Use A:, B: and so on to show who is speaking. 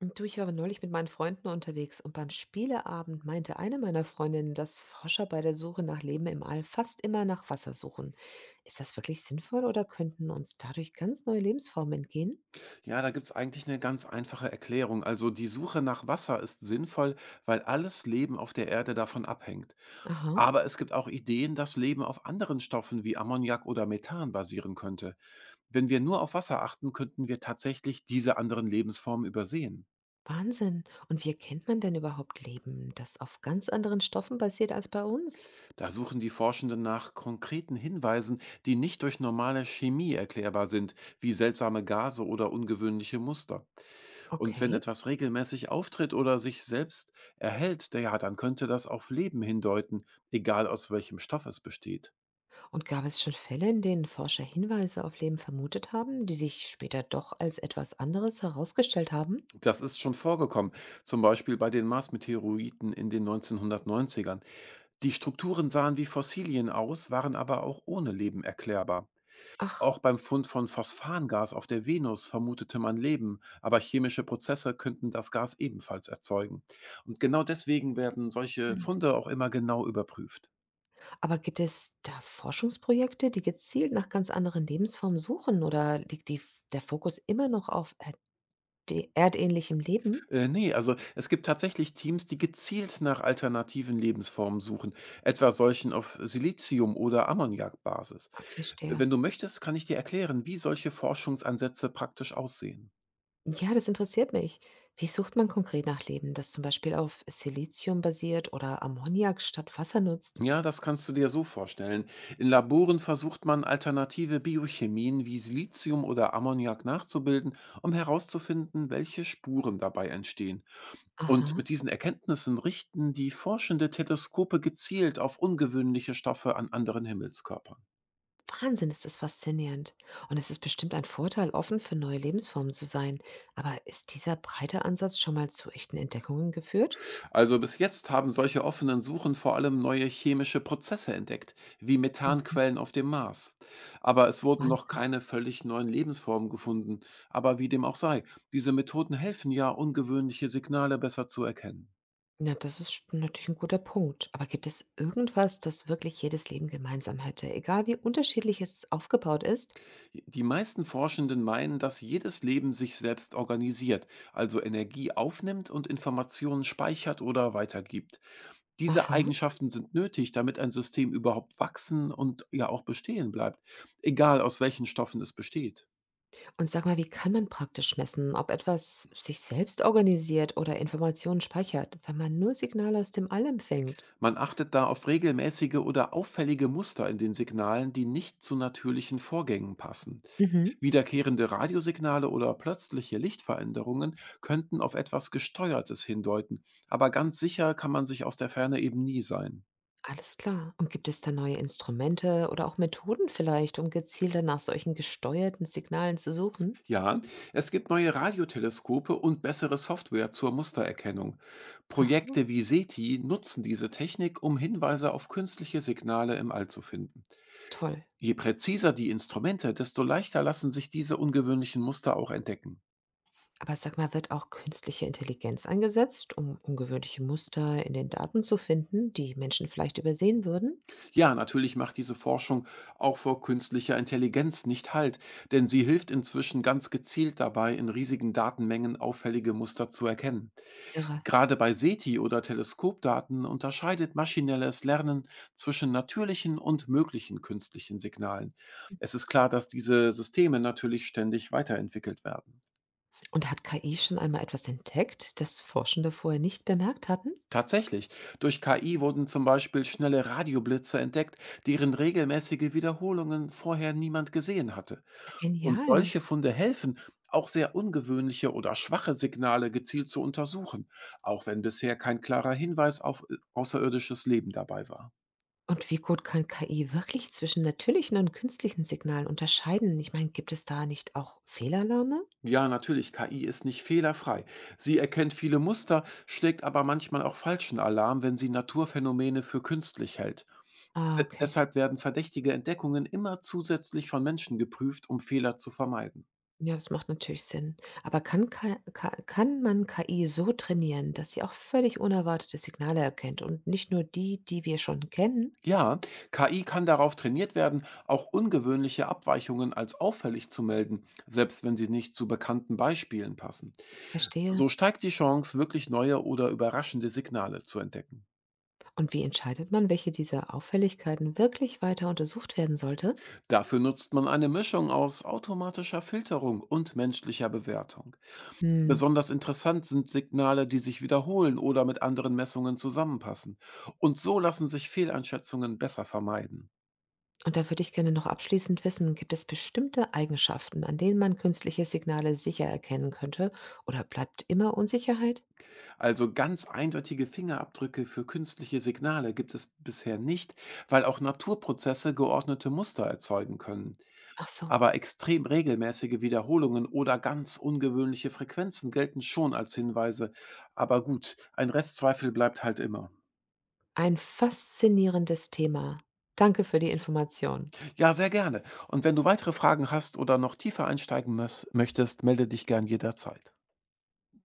A: Und Du, ich war neulich mit meinen Freunden unterwegs und beim Spieleabend meinte eine meiner Freundinnen, dass Forscher bei der Suche nach Leben im All fast immer nach Wasser suchen. Ist das wirklich sinnvoll oder könnten uns dadurch ganz neue Lebensformen entgehen?
B: Ja, da gibt's eigentlich eine ganz einfache Erklärung. Also, die Suche nach Wasser ist sinnvoll, weil alles Leben auf der Erde davon abhängt.
A: Aha,
B: Aber es gibt auch Ideen, dass Leben auf anderen Stoffen wie Ammoniak oder Methan basieren könnte. Wenn wir nur auf Wasser achten, könnten wir tatsächlich diese anderen Lebensformen übersehen.
A: Wahnsinn. Und wie erkennt man denn überhaupt Leben, das auf ganz anderen Stoffen basiert als bei uns?
B: Da suchen die Forschenden nach konkreten Hinweisen, die nicht durch normale Chemie erklärbar sind, wie seltsame Gase oder ungewöhnliche Muster. Und wenn
A: Okay.
B: etwas regelmäßig auftritt oder sich selbst erhält, da ja, dann könnte das auf Leben hindeuten, egal aus welchem Stoff es besteht.
A: Und gab es schon Fälle, in denen Forscher Hinweise auf Leben vermutet haben, die sich später doch als etwas anderes herausgestellt haben?
B: Das ist schon vorgekommen, zum Beispiel bei den Mars-Meteoriten in den 1990ern. Die Strukturen sahen wie Fossilien aus, waren aber auch ohne Leben erklärbar.
A: Ach,
B: Auch beim Fund von Phosphangas auf der Venus vermutete man Leben, aber chemische Prozesse könnten das Gas ebenfalls erzeugen. Und genau deswegen werden solche
A: Sinn.
B: Funde auch immer genau überprüft.
A: Aber gibt es da Forschungsprojekte, die gezielt nach ganz anderen Lebensformen suchen oder liegt die der Fokus immer noch auf erde erdähnlichem Leben?
B: Nee, also es gibt tatsächlich Teams, die gezielt nach alternativen Lebensformen suchen, etwa solchen auf Silizium- oder Ammoniakbasis.
A: Ah, verstehe.
B: Wenn du möchtest, kann ich dir erklären, wie solche Forschungsansätze praktisch aussehen.
A: Ja, das interessiert mich. Wie sucht man konkret nach Leben, das zum Beispiel auf Silizium basiert oder Ammoniak statt Wasser nutzt?
B: Ja, das kannst du dir so vorstellen. In Laboren versucht man alternative Biochemien wie Silizium oder Ammoniak nachzubilden, um herauszufinden, welche Spuren dabei entstehen. Und
A: Aha.
B: mit diesen Erkenntnissen richten die Forschende Teleskope gezielt auf ungewöhnliche Stoffe an anderen Himmelskörpern.
A: Wahnsinn, ist das faszinierend. Und es ist bestimmt ein Vorteil, offen für neue Lebensformen zu sein. Aber ist dieser breite Ansatz schon mal zu echten Entdeckungen geführt?
B: Also bis jetzt haben solche offenen Suchen vor allem neue chemische Prozesse entdeckt, wie
A: Mhm.
B: Methanquellen auf dem Mars. Aber es wurden noch
A: Wahnsinn.
B: keine völlig neuen Lebensformen gefunden. Aber wie dem auch sei, diese Methoden helfen ja, ungewöhnliche Signale besser zu erkennen.
A: Ja, das ist natürlich ein guter Punkt. Aber gibt es irgendwas, das wirklich jedes Leben gemeinsam hätte, egal wie unterschiedlich es aufgebaut ist?
B: Die meisten Forschenden meinen, dass jedes Leben sich selbst organisiert, also Energie aufnimmt und Informationen speichert oder weitergibt. Diese
A: Aha.
B: Eigenschaften sind nötig, damit ein System überhaupt wachsen und ja auch bestehen bleibt, egal aus welchen Stoffen es besteht.
A: Und sag mal, wie kann man praktisch messen, ob etwas sich selbst organisiert oder Informationen speichert, wenn man nur Signale aus dem All empfängt?
B: Man achtet da auf regelmäßige oder auffällige Muster in den Signalen, die nicht zu natürlichen Vorgängen passen.
A: Mhm.
B: Wiederkehrende Radiosignale oder plötzliche Lichtveränderungen könnten auf etwas Gesteuertes hindeuten, aber ganz sicher kann man sich aus der Ferne eben nie sein.
A: Alles klar. Und gibt es da neue Instrumente oder auch Methoden vielleicht, um gezielter nach solchen gesteuerten Signalen zu suchen?
B: Ja, es gibt neue Radioteleskope und bessere Software zur Mustererkennung.
A: Aha,
B: Projekte wie SETI nutzen diese Technik, um Hinweise auf künstliche Signale im All zu finden.
A: toll.
B: Je präziser die Instrumente, desto leichter lassen sich diese ungewöhnlichen Muster auch entdecken.
A: Aber sag mal, wird auch künstliche Intelligenz eingesetzt, um ungewöhnliche Muster in den Daten zu finden, die Menschen vielleicht übersehen würden?
B: Ja, natürlich macht diese Forschung auch vor künstlicher Intelligenz nicht Halt, denn sie hilft inzwischen ganz gezielt dabei, in riesigen Datenmengen auffällige Muster zu erkennen.
A: Irre.
B: Gerade bei SETI oder Teleskopdaten unterscheidet maschinelles Lernen zwischen natürlichen und möglichen künstlichen Signalen. Es ist klar, dass diese Systeme natürlich ständig weiterentwickelt werden.
A: Und hat KI schon einmal etwas entdeckt, das Forschende vorher nicht bemerkt hatten?
B: Tatsächlich, durch KI wurden zum Beispiel schnelle Radioblitze entdeckt, deren regelmäßige Wiederholungen vorher niemand gesehen hatte. Und
A: Genial.
B: solche Funde helfen, auch sehr ungewöhnliche oder schwache Signale gezielt zu untersuchen, auch wenn bisher kein klarer Hinweis auf außerirdisches Leben dabei war.
A: Und wie gut kann KI wirklich zwischen natürlichen und künstlichen Signalen unterscheiden? Ich meine, gibt es da nicht auch Fehlalarme?
B: Ja, natürlich, KI ist nicht fehlerfrei. Sie erkennt viele Muster, schlägt aber manchmal auch falschen Alarm, wenn sie Naturphänomene für künstlich hält.
A: Ah,
B: De
A: okay.
B: deshalb werden verdächtige Entdeckungen immer zusätzlich von Menschen geprüft, um Fehler zu vermeiden.
A: Ja, das macht natürlich Sinn. Aber kann, Ka Ka kann man KI so trainieren, dass sie auch völlig unerwartete Signale erkennt und nicht nur die, die wir schon kennen?
B: Ja, KI kann darauf trainiert werden, auch ungewöhnliche Abweichungen als auffällig zu melden, selbst wenn sie nicht zu bekannten Beispielen passen.
A: Verstehe.
B: So steigt die Chance, wirklich neue oder überraschende Signale zu entdecken.
A: Und wie entscheidet man, welche dieser Auffälligkeiten wirklich weiter untersucht werden sollte?
B: Dafür nutzt man eine Mischung aus automatischer Filterung und menschlicher Bewertung.
A: Hm.
B: Besonders interessant sind Signale, die sich wiederholen oder mit anderen Messungen zusammenpassen. Und so lassen sich Fehleinschätzungen besser vermeiden.
A: Und da würde ich gerne noch abschließend wissen, gibt es bestimmte Eigenschaften, an denen man künstliche Signale sicher erkennen könnte? Oder bleibt immer Unsicherheit?
B: Also ganz eindeutige Fingerabdrücke für künstliche Signale gibt es bisher nicht, weil auch Naturprozesse geordnete Muster erzeugen können.
A: Ach so,
B: Aber extrem regelmäßige Wiederholungen oder ganz ungewöhnliche Frequenzen gelten schon als Hinweise. Aber gut, ein Restzweifel bleibt halt immer.
A: ein faszinierendes Thema. Danke für die Information.
B: Ja, sehr gerne. Und wenn du weitere Fragen hast oder noch tiefer einsteigen möchtest, melde dich gern jederzeit.